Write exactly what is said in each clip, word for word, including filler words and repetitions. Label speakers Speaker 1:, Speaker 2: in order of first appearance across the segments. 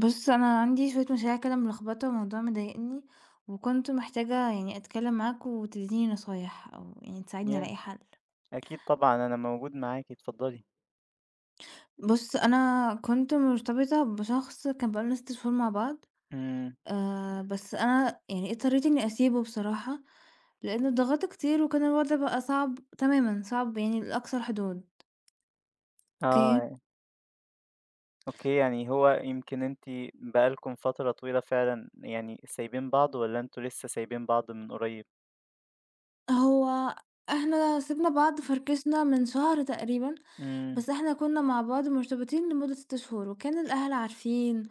Speaker 1: بُص، أنا عندي شوية مشاريع كده ملخبطة والموضوع مضايقني، وكنت محتاجة يعني أتكلّم معاك وتدّيني نصايح أو يعني تساعدني
Speaker 2: ياه!
Speaker 1: ألاقي حل.
Speaker 2: أكيد طبعًا، أنا موجود معاكِ، اتفضلي.
Speaker 1: بُص، أنا كنت مرتبطة بشخص كان بقى لنا ست شهور مع بعض،
Speaker 2: إمم،
Speaker 1: آآ بس أنا يعني اضطريت إنّي أسيبه بصراحة، لإن اتضغطت كتير وكان الوضع بقى صعب تمامًا، صعب يعني لأقصى الحدود. أوكي.
Speaker 2: آه، أوكي، يعني هو يمكن أنتِ بقى لكم فترة طويلة فعلًا يعني سايبين بعض والّا أنتم لسه سايبين بعض من قريب؟
Speaker 1: هو إحنا سِبنا بعض فركشنا من شهر تقريبًا،
Speaker 2: إمم،
Speaker 1: بس إحنا كنا مع بعض مرتبطين لمدة ست شهور، وكان الأهل عارفين،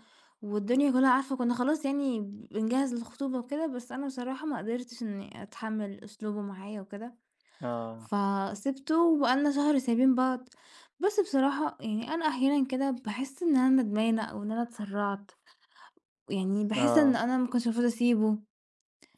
Speaker 1: والدنيا كلها عارفة، كنا خلاص يعني بنجهّز للخطوبة وكده، بس أنا بصراحة ما قدرتش إني أتحمّل أسلوبه معايا وكده،
Speaker 2: آه،
Speaker 1: فسِبته وبقالنا شهر سايبين بعض. بس بصراحة يعني أنا أحيانًا كده باحس إن أنا ندمانة أو إن أنا اتسرّعت، يعني باحس إن
Speaker 2: آه.
Speaker 1: أنا ما كنتش المفروض أسيبه،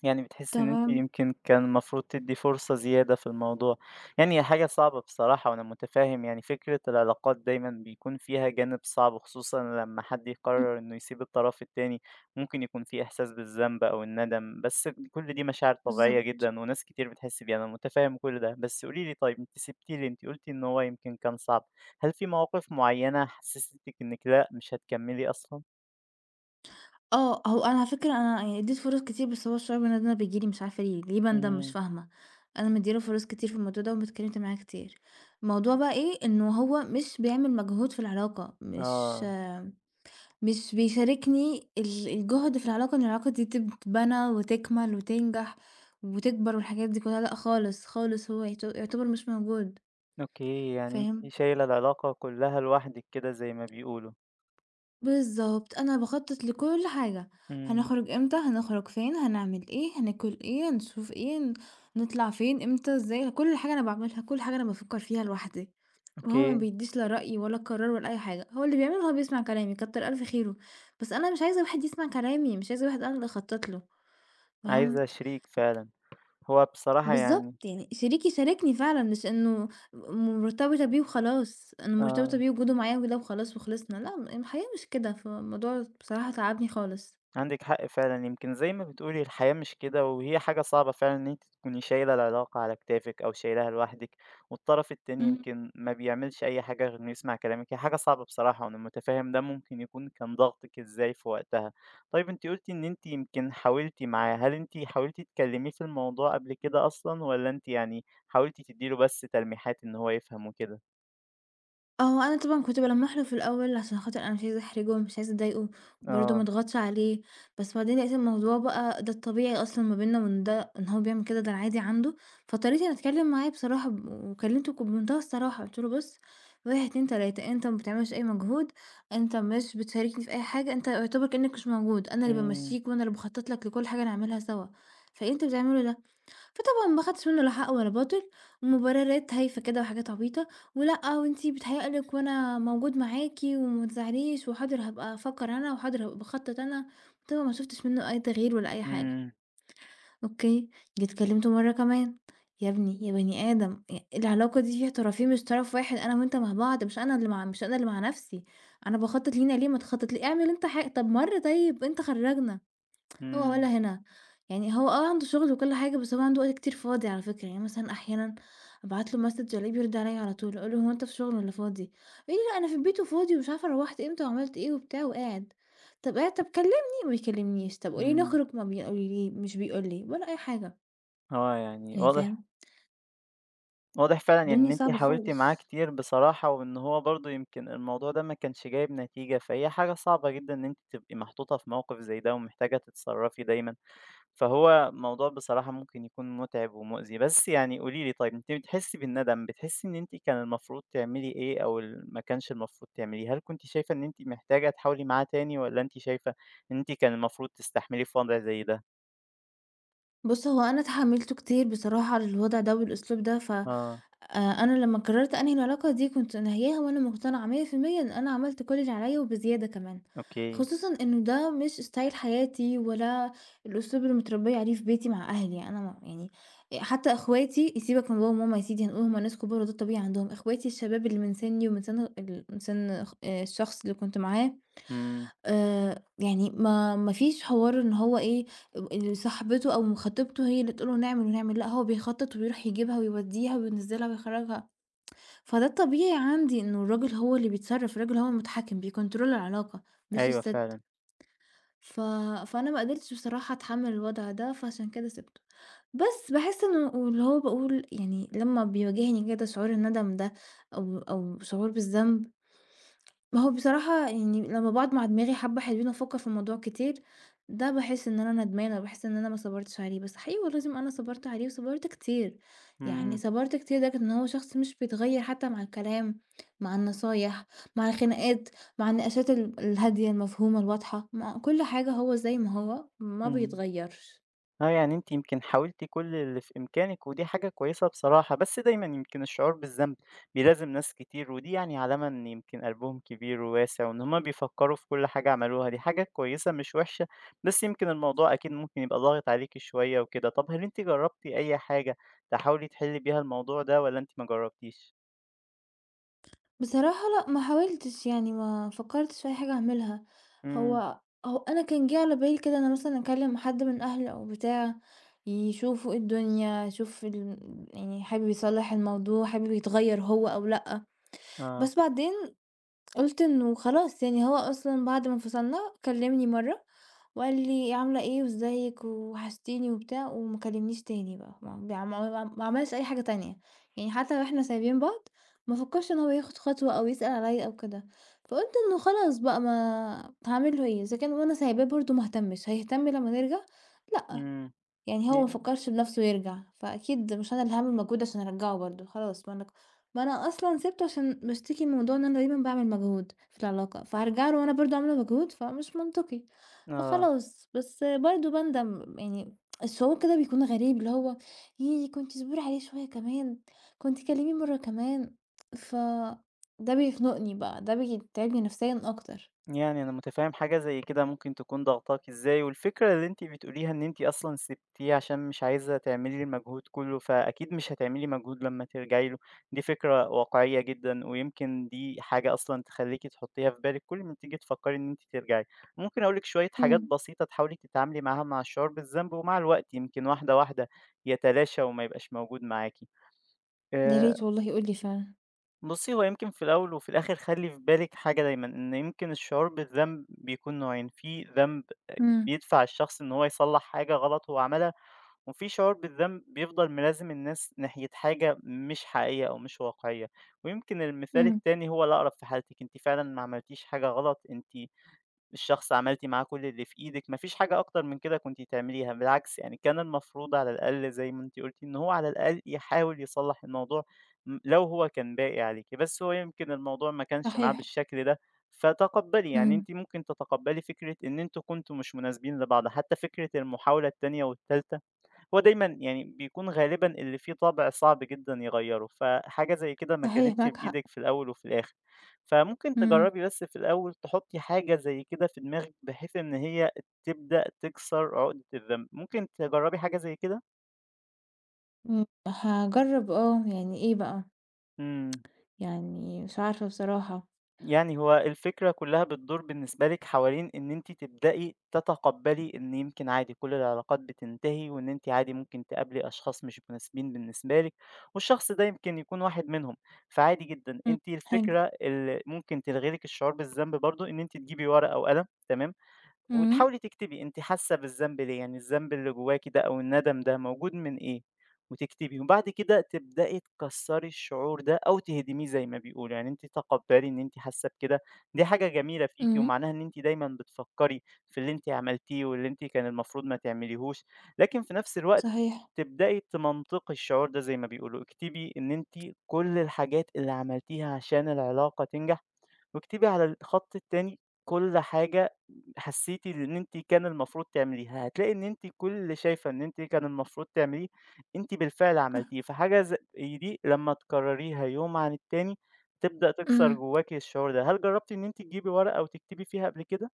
Speaker 2: يعني بتحسي إن أنتِ
Speaker 1: تمام؟
Speaker 2: يمكن كان المفروض تدّي فرصة زيادة في الموضوع، يعني هي حاجة صعبة بصراحة وأنا متفهم يعني فكرة العلاقات دايمًا بيكون فيها جانب صعب، خصوصًا لمّا حد
Speaker 1: إمم،
Speaker 2: يقرر إنه يسيب الطرف التاني، ممكن يكون في إحساس بالذنب أو الندم، بس كل دي مشاعر طبيعية
Speaker 1: بالضبط.
Speaker 2: جدًا وناس كتير بتحس بيها، أنا متفهم كل ده، بس قولي لي طيب أنتِ سِبتِ لي، أنتِ قُلتِ إن هو يمكن كان صعب، هل في مواقف معينة حسستِك إنِك لأ مش هتكمّلي أصلًا؟
Speaker 1: آه، هو أنا على فكرة أنا يعني ادّيت فرص كتير، بس هو الشعور بالندم ده بييجي لي مش عارفة ليه، ليه باندم مش
Speaker 2: إمم،
Speaker 1: فاهمة، أنا مدّية له فرص كتير في الموضوع ده، واتكلمت معاه كتير. الموضوع بقى إيه، إنه هو مش بيعمل مجهود في العلاقة، مش
Speaker 2: آه.
Speaker 1: آه، مش بيشاركني ال الجهد في العلاقة، إن العلاقة دي تتبنى وتكمل وتنجح وتكبر والحاجات دي كلها، لأ خالص، خالص هو يعت يعتبر مش موجود،
Speaker 2: أوكي، يعني أنتِ
Speaker 1: فاهم؟
Speaker 2: شايلة العلاقة كلّها لوحدِك كده زي ما بيقولوا.
Speaker 1: بالضبط، أنا باخطّط لكل حاجة،
Speaker 2: إمم،
Speaker 1: هنخرج إمتى، هنخرج فين، هنعمل إيه، هناكل إيه، هنشوف إيه، ن نطلع فين، إمتى، إزاي، كل حاجة أنا باعملها، كل حاجة أنا بافكّر فيها لوحدي، وهو ما
Speaker 2: أوكي،
Speaker 1: بيدّيش لا رأي ولا قرار ولا أي حاجة، هو اللي بيعمله هو بيسمع كلامي كتّر ألف خيره، بس أنا مش عايزة واحد يسمع كلامي، مش عايزة واحد أنا اللي أخطّط له،
Speaker 2: عايزة
Speaker 1: فهمت؟
Speaker 2: شريك فعلًا. هو بصراحة
Speaker 1: بالضبط،
Speaker 2: يعني
Speaker 1: يعني شريكي شاركني فعلًا مش إنه م مرتبطة بيه وخلاص، أنا مرتبطة
Speaker 2: آه.
Speaker 1: بيه وجوده معايا وكده وخلاص وخلصنا، لأ، م الحقيقة مش كده، فالموضوع بصراحة تعبني خالص.
Speaker 2: عندِك حق فعلًا، يمكن زي ما بتقولي الحياة مش كده، وهي حاجة صعبة فعلًا إن أنتِ تكوني شايلة العلاقة على كتافِك أو شايلاها لوحدِك، والطرف التاني
Speaker 1: إمم.
Speaker 2: يمكن ما بيعملش أي حاجة غير إنه يسمع كلامِك، هي حاجة صعبة بصراحة، وأنا متفهم ده ممكن يكون كان ضغطِك إزاي في وقتها. طيب أنتِ قُلتِ إن أنتِ يمكن حاولتِ معاه، هل أنتِ حاولتِ تكلميه في الموضوع قبل كده أصلًا، والّا أنتِ يعني حاولتِ تدّي له بس تلميحات إن هو يفهم وكده؟
Speaker 1: آه، أنا طبعًا كنت بالمّح له في الأول عشان خاطر أنا مش عايزة أحرجه ومش عايزة أضايقه، وبرضه ما
Speaker 2: آه،
Speaker 1: أضغطش عليه، بس بعدين لقيت الموضوع بقى ده الطبيعي أصلًا ما بيننا وإن ده إن هو بيعمل كده ده العادي عنده، فاضطريت إني أتكلم معاه بصراحة ب وكلمته ك بمنتهى الصراحة، قُلت له: "بُص، واحد، اتنين، تلاتة أنت ما بتعملش أي مجهود، أنت مش بتشاركني في أي حاجة، أنت يعتبر كإنك مش موجود، أنا اللي
Speaker 2: إمم،
Speaker 1: بامشّيك وأنا اللي باخطط لك لكل حاجة نعملها سوا، فإيه اللي أنت بتعمله ده؟" فطبعًا ما خدتش منه لا حق ولا باطل، مبررات هايفة كده وحاجات عبيطة، ولأ وأنتِ بيتهيأ لِك وأنا موجود معاكِ وما تزعليش، وحاضر هابقى أفكّر أنا، وحاضر هابقى باخطط أنا، طبعًا ما شُفتش منه أي تغيير ولا أي حاجة.
Speaker 2: إمم،
Speaker 1: أوكي، جيت كلّمته مرّة كمان، يا ابني يا بني آدم ي العلاقة دي فيها طرفين مش طرف واحد، أنا وأنت مع بعض مش أنا اللي مع مش أنا اللي مع نفسي، أنا باخطط لينا ليه ما تخطط لي اعمل أنت حاج طب مرّة طيب أنت خرّجنا. هو ولا
Speaker 2: إمم،
Speaker 1: هنا، يعني هو آه عنده شغل وكل حاجة، بس هو عنده وقت كتير فاضي على فكرة، يعني مثلًا أحيانًا أبعت له مسج ألاقيه بيرد عليَّ على طول، أقول له: "هو أنت في شغل والّا فاضي؟" يقول لي: "لأ أنا في البيت وفاضي ومش عارفة روّحت إمتى وعملت إيه وبتاع وقاعد." طب قاعد، طب كلمني، ما بيكلمنيش، طب قولي
Speaker 2: إمم،
Speaker 1: نخرج، ما بيقولي لي، مش بيقول لي، ولا أي حاجة،
Speaker 2: آه يعني
Speaker 1: يعني فاهم؟
Speaker 2: واضح واضح فعلًا يعني
Speaker 1: الدنيا
Speaker 2: إن أنتِ
Speaker 1: صعبة
Speaker 2: حاولتِ معاه
Speaker 1: خالص.
Speaker 2: كتير بصراحة، وإن هو برضه يمكن الموضوع ده ما كانش جايب نتيجة، فهي حاجة صعبة جدًا إن أنتِ تبقي محطوطة في موقف زي ده ومحتاجة تتصرّفي دايمًا، فهو موضوع بصراحة ممكن يكون متعب ومؤذي. بس يعني قولي لي طيب أنتِ بتحسّي بالندم، بتحسّي إن أنتِ كان المفروض تعملي إيه أو ال ما كانش المفروض تعمليه؟ هل كنتِ شايفة إن أنتِ محتاجة تحاولي معاه تاني والّا أنتِ شايفة إن أنتِ كان المفروض تستحمليه في وضع زي ده؟
Speaker 1: بُص، هو أنا اتحمّلته كتير بصراحة على الوضع ده والأسلوب ده، ف آآ
Speaker 2: آه،
Speaker 1: أنا لمّا قررت أنهي العلاقة دي كنت ناهياها وأنا مقتنعة مية في المية إن أنا عملت كل اللي عليَّ وبزيادة كمان،
Speaker 2: أوكي،
Speaker 1: خصوصًا إنه ده مش ستايل حياتي ولا الأسلوب اللي متربية عليه في بيتي مع أهلي، أنا ما يعني آآ حتى أخواتي سيبك من بابا وماما يا سيدي هنقول هُم ناس كبار وده الطبيعي عندهم، أخواتي الشباب اللي من سني ومن سن ال من سن خ آآ الشخص اللي كنت معاه،
Speaker 2: إمم،
Speaker 1: آآ، يعني ما ما فيش حوار إن هو إيه، ال صاحبته أو خطيبته هي اللي تقول له نعمل ونعمل، لأ هو بيخطط ويروح يجيبها ويوديها وينزّلها ويخرّجها، فده الطبيعي عندي إنه الراجل هو اللي بيتصرّف، الراجل هو المتحكم بيكنترول العلاقة مش
Speaker 2: أيوه
Speaker 1: الست،
Speaker 2: فعلًا،
Speaker 1: ف فأنا ما قدرتش بصراحة أتحمّل الوضع ده، فعشان كده سِبته. بس باحس إنه واللي هو باقول يعني لمّا بيواجهني كده شعور الندم ده أو أو شعور بالذنب ما هو بصراحة يعني لمّا باقعد مع دماغي حبّة حلوين وأفكّر في الموضوع كتير، ده باحس إن أنا ندمانة، باحس إن أنا ما صبرتش عليه، بس حقيقي والله لازم أنا صبرت عليه وصبرت كتير، يعني
Speaker 2: إمم،
Speaker 1: صبرت كتير لدرجة إن هو شخص مش بيتغيّر حتى مع الكلام، مع النصايح، مع الخناقات، مع النقاشات ال الهادية المفهومة الواضحة، مع كل حاجة هو زي ما هو ما
Speaker 2: إمم.
Speaker 1: بيتغيّرش.
Speaker 2: آه، يعني أنتِ يمكن حاولتِ كل اللي في إمكانِك، ودي حاجة كويسة بصراحة، بس دايمًا يمكن الشعور بالذنب بيلازم ناس كتير، ودي يعني علامة إن يمكن قلبهم كبير وواسع، وإن هُم بيفكّروا في كل حاجة عملوها، دي حاجة كويسة مش وحشة، بس يمكن الموضوع أكيد ممكن يبقى ضاغط عليكِ شوية وكده. طَب هل أنتِ جرّبتِ أي حاجة تحاولي تحلّي بيها الموضوع ده والّا أنتِ ما جرّبتيش؟
Speaker 1: بصراحة لأ، ما حاولتش يعني ما فكّرتش في أي حاجة أعملها،
Speaker 2: إمم،
Speaker 1: هو هو أنا كان جه على بالي كده أنا مثلًا أكلّم حد من أهلي أو بتاع، يشوفوا إيه الدنيا، يشوف ال يعني حابب يصلّح الموضوع، حابب يتغيّر هو أو لأ،
Speaker 2: آه،
Speaker 1: بس بعدين قُلت إنه خلاص يعني هو أصلًا بعد ما انفصلنا كلّمني مرّة وقال لي: "عاملة إيه وإزيِك وحشتيني،" وبتاع وما كلّمنيش تاني بقى، ما بيع ما ما عملش أي حاجة تانية، يعني حتى وإحنا سايبين بعض ما فكّرش إن هو ياخد خطوة أو يسأل عليّا أو كده، فقُلت إنه خلاص بقى ما هاعمل له إيه، إذا كان وأنا سايباه برضه ما اهتمش، هيهتم لمّا نرجع؟ لأ.
Speaker 2: إمم،
Speaker 1: يعني
Speaker 2: ي
Speaker 1: هو ما فكّرش بنَفْسه يرجع، فأكيد مش أنا اللي هاعمل مجهود عشان أرجّعه برضه، خلاص ما أنا ك ما أنا أصلًا سِبته عشان باشتكي من موضوع إن أنا دايمًا باعمل مجهود في العلاقة، فهارجع له وأنا برضه عاملة مجهود، فمش منطقي،
Speaker 2: آه.
Speaker 1: فخلاص. بس برضه باندم يعني الشعور كده بيكون غريب، اللي هو ييه كنتِ اصبري عليه شوية كمان، كنتِ كلّميه مرّة كمان، ف ده بيخنقني بقى، ده بيتعبني نفسيًا أكتر.
Speaker 2: يعني أنا متفهم حاجة زي كده ممكن تكون ضاغطاكِ إزاي، والفكرة اللي أنتِ بتقوليها إن أنتِ أصلًا سِبتيه عشان مش عايزة تعملي المجهود كله، فأكيد مش هتعملي مجهود لمّا ترجعي له، دي فكرة واقعية جدًا، ويمكن دي حاجة أصلًا تخلّيكِ تحطيها في بالِك كل ما تيجي تفكري إن أنتِ ترجعي. ممكن أقول لِك شوية حاجات
Speaker 1: إمم.
Speaker 2: بسيطة تحاولي تتعاملي معاها مع الشعور بالذنب، ومع الوقت يمكن واحدة واحدة يتلاشى وما يبقاش موجود معاكِ.
Speaker 1: يا
Speaker 2: آآ
Speaker 1: ريت والله يقول لي فعلًا.
Speaker 2: بُصّي، هو يمكن في الأول وفي الآخر خلّي في بالِك حاجة دايمًا، إن يمكن الشعور بالذنب بيكون نوعين، في ذنب
Speaker 1: إمم،
Speaker 2: بيدفع الشخص إن هو يصلّح حاجة غلط هو عملها، وفي شعور بالذنب بيفضل ملازم الناس ناحية حاجة مش حقيقية أو مش واقعية، ويمكن المثال
Speaker 1: إمم،
Speaker 2: التاني هو الأقرب في حالتِك، أنتِ فعلًا ما عملتيش حاجة غلط، أنتِ الشخص عملتِ معاه كل اللي في إيدِك، ما فيش حاجة أكتر من كده كنتِ تعمليها، بالعكس يعني كان المفروض على الأقل زي ما أنتِ قلتِ إن هو على الأقل يحاول يصلّح الموضوع م لو هو كان باقي عليكِ، بس هو يمكن الموضوع ما كانش معاه
Speaker 1: صحيح،
Speaker 2: بالشكل ده، فتقبّلي، يعني
Speaker 1: إمم،
Speaker 2: أنتِ ممكن تتقبّلي فكرة إن أنتم كنتم مش مناسبين لبعض، حتى فكرة المحاولة التانية والتالتة هو دايمًا يعني بيكون غالبًا اللي فيه طبع صعب جدًا يغيّره، فحاجة زي كده ما
Speaker 1: صحيح
Speaker 2: كانتش
Speaker 1: معاك حق.
Speaker 2: بإيدِك في الأول وفي الآخر، فممكن
Speaker 1: إمم.
Speaker 2: تجرّبي بس في الأول تحطّي حاجة زي كده في دماغِك بحيث إن هي تبدأ تكسر عقدة الذنب، ممكن تجرّبي حاجة زي كده؟
Speaker 1: إمم، هاجرّب آه، يعني إيه بقى،
Speaker 2: إمم.
Speaker 1: يعني مش عارفة بصراحة.
Speaker 2: يعني هو الفكرة كلّها بتدور بالنسبة لِك حوالين إن أنتِ تبدئي تتقبّلي إن يمكن عادي كل العلاقات بتنتهي، وإن أنتِ عادي ممكن تقابلي أشخاص مش مناسبين بالنسبة لِك، والشخص ده يمكن يكون واحد منهم، فعادي جدًا.
Speaker 1: إمم،
Speaker 2: أنتِ
Speaker 1: حلو.
Speaker 2: الفكرة اللي ممكن تلغي لِك الشعور بالذنب برضه إن أنتِ تجيبي ورقة وقلم تمام،
Speaker 1: إمم،
Speaker 2: وتحاولي تكتبي أنتِ حاسة بالذنب ليه، يعني الذنب اللي جواكِ ده أو الندم ده موجود من إيه، وتكتبي، وبعد كده تبدئي تكسّري الشعور ده أو تهدميه زي ما بيقولوا، يعني أنتِ تقبّلي إن أنتِ حاسة بكده، دي حاجة جميلة فيكِ
Speaker 1: إمم.
Speaker 2: ومعناها إن أنتِ دايمًا بتفكّري في اللي أنتِ عملتيه واللي أنتِ كان المفروض ما تعمليهوش، لكن في نفس الوقت
Speaker 1: صحيح.
Speaker 2: تبدئي تمنطقي الشعور ده زي ما بيقولوا، اكتبي إن أنتِ كل الحاجات اللي عملتيها عشان العلاقة تنجح واكتبي على الخط التاني كل حاجة حسيتِ إن أنتِ كان المفروض تعمليها، هتلاقي إن أنتِ كل اللي شايفة إن أنتِ كان المفروض تعمليه، أنتِ بالفعل عملتيه، فحاجة زي دي لمّا تكرريها يوم عن التاني، تبدأ تكسر
Speaker 1: إمم.
Speaker 2: جواكِ الشعور ده، هل جربتِ إن أنتِ تجيبي ورقة وتكتبي فيها قبل كده؟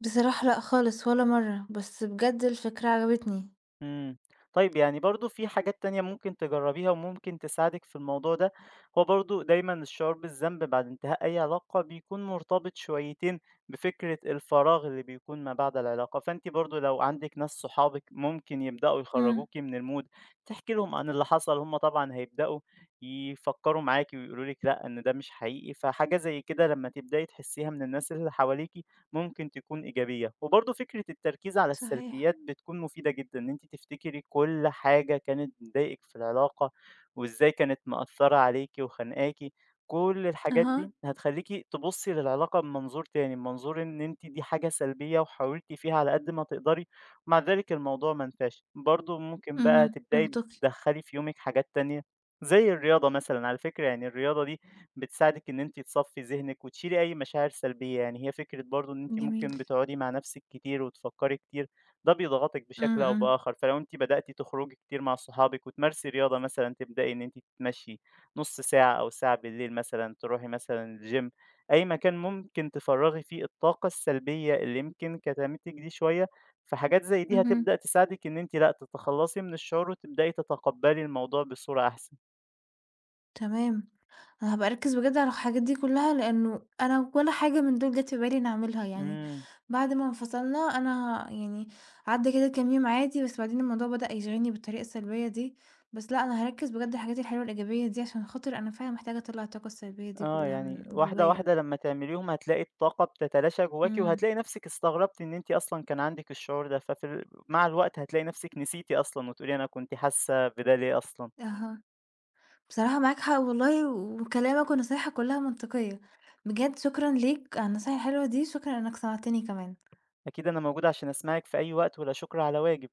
Speaker 1: بصراحة لأ خالص ولا مرّة، بس بجد الفكرة عجبتني.
Speaker 2: إمم. طيب يعني برضه في حاجات تانية ممكن تجرّبيها وممكن تساعدِك في الموضوع ده، هو برضه دايمًا الشعور بالذنب بعد انتهاء أي علاقة بيكون مرتبط شويتين بفكرة الفراغ اللي بيكون ما بعد العلاقة، فأنتِ برضه لو عندِك ناس صحابِك ممكن يبدأوا
Speaker 1: إمم،
Speaker 2: يخرّجوكِ من الmood، تحكي لهم عن اللي حصل، هم طبعًا هيبدأوا يفكّروا معاكِ ويقولوا لِك لأ، إن ده مش حقيقي، فحاجة زي كده لمّا تبدئي تحسّيها من الناس اللي حواليكِ ممكن تكون إيجابية، وبرضه فكرة التركيز على
Speaker 1: صحيح.
Speaker 2: السلبيات بتكون مفيدة جدًا، إن أنتِ تفتكري كل حاجة كانت بتضايقِك في العلاقة، وإزاي كانت مأثرة عليكِ وخانقاكِ، كل الحاجات
Speaker 1: أها،
Speaker 2: دي هتخليكِ تبصي للعلاقة بمنظور تاني، بمنظور إن أنتِ دي حاجة سلبية وحاولتِ فيها على قد ما تقدري، ومع ذلك الموضوع ما نفعش، برضه ممكن بقى
Speaker 1: اهم.
Speaker 2: تبدئي
Speaker 1: منطقي.
Speaker 2: تدخّلي في يومِك حاجات تانية، زي الرياضة مثلًا، على فكرة يعني الرياضة دي بتساعدِك إن أنتِ تصفّي ذهنِك وتشيلي أي مشاعر سلبية، يعني هي فكرة برضه إن أنتِ
Speaker 1: جميل.
Speaker 2: ممكن بتقعدي مع نفسِك كتير وتفكّري كتير، ده بيضغطِك
Speaker 1: إمم،
Speaker 2: بشكل أو
Speaker 1: إمم.
Speaker 2: بآخر، فلو أنتِ بدأتِ تخرجي كتير مع صحابِك وتمارسي رياضة مثلًا، تبدئي إن أنتِ تتمشي نُص ساعة أو ساعة بالليل مثلًا، تروحي مثلًا الgym، أي مكان ممكن تفرّغي فيه الطاقة السلبية اللي يمكن كتمتِك دي شوية، فحاجات زي دي
Speaker 1: اهم.
Speaker 2: هتبدأ تساعدِك إن أنتِ لأ، تتخلّصي من الشعور وتبدئي تتقبّلي الموضوع بصورة أحسن.
Speaker 1: تمام. هابقى أركّز بجد على الحاجات دي كلّها، لإنه أنا ولا حاجة من دول جات في بالي إني أعملها يعني،
Speaker 2: إمم.
Speaker 1: بعد ما انفصلنا أنا يعني عدّى كده كام يوم عادي، بس بعدين الموضوع بدأ يشغلني بالطريقة السلبية دي، بس لأ أنا هاركّز بجد على الحاجات الحلوة الإيجابية دي، عشان خاطر أنا فعلًا محتاجة أطلّع الطاقة السلبية دي
Speaker 2: آه،
Speaker 1: كلّها من
Speaker 2: يعني واحدة،
Speaker 1: جوّايا.
Speaker 2: واحدة لمّا تعمليهم هتلاقي الطاقة بتتلاشى جواكِ،
Speaker 1: إمم،
Speaker 2: وهتلاقي نفسِك استغربتِ إن أنتِ أصلًا كان عندِك الشعور ده، ففي ال مع الوقت هتلاقي نفسِك نسيتِ أصلًا، وتقولي أنا كنت حاسة بده ليه أصلًا.
Speaker 1: أها، بصراحة معاك حق والله، وكلامك ونصايحك كلّها منطقية، بجد شكرًا ليك على النصايح الحلوة دي، شكرًا إنك سمعتني كمان.
Speaker 2: أكيد أنا موجودة عشان أسمعِك في أي وقت، ولا شكر على واجب.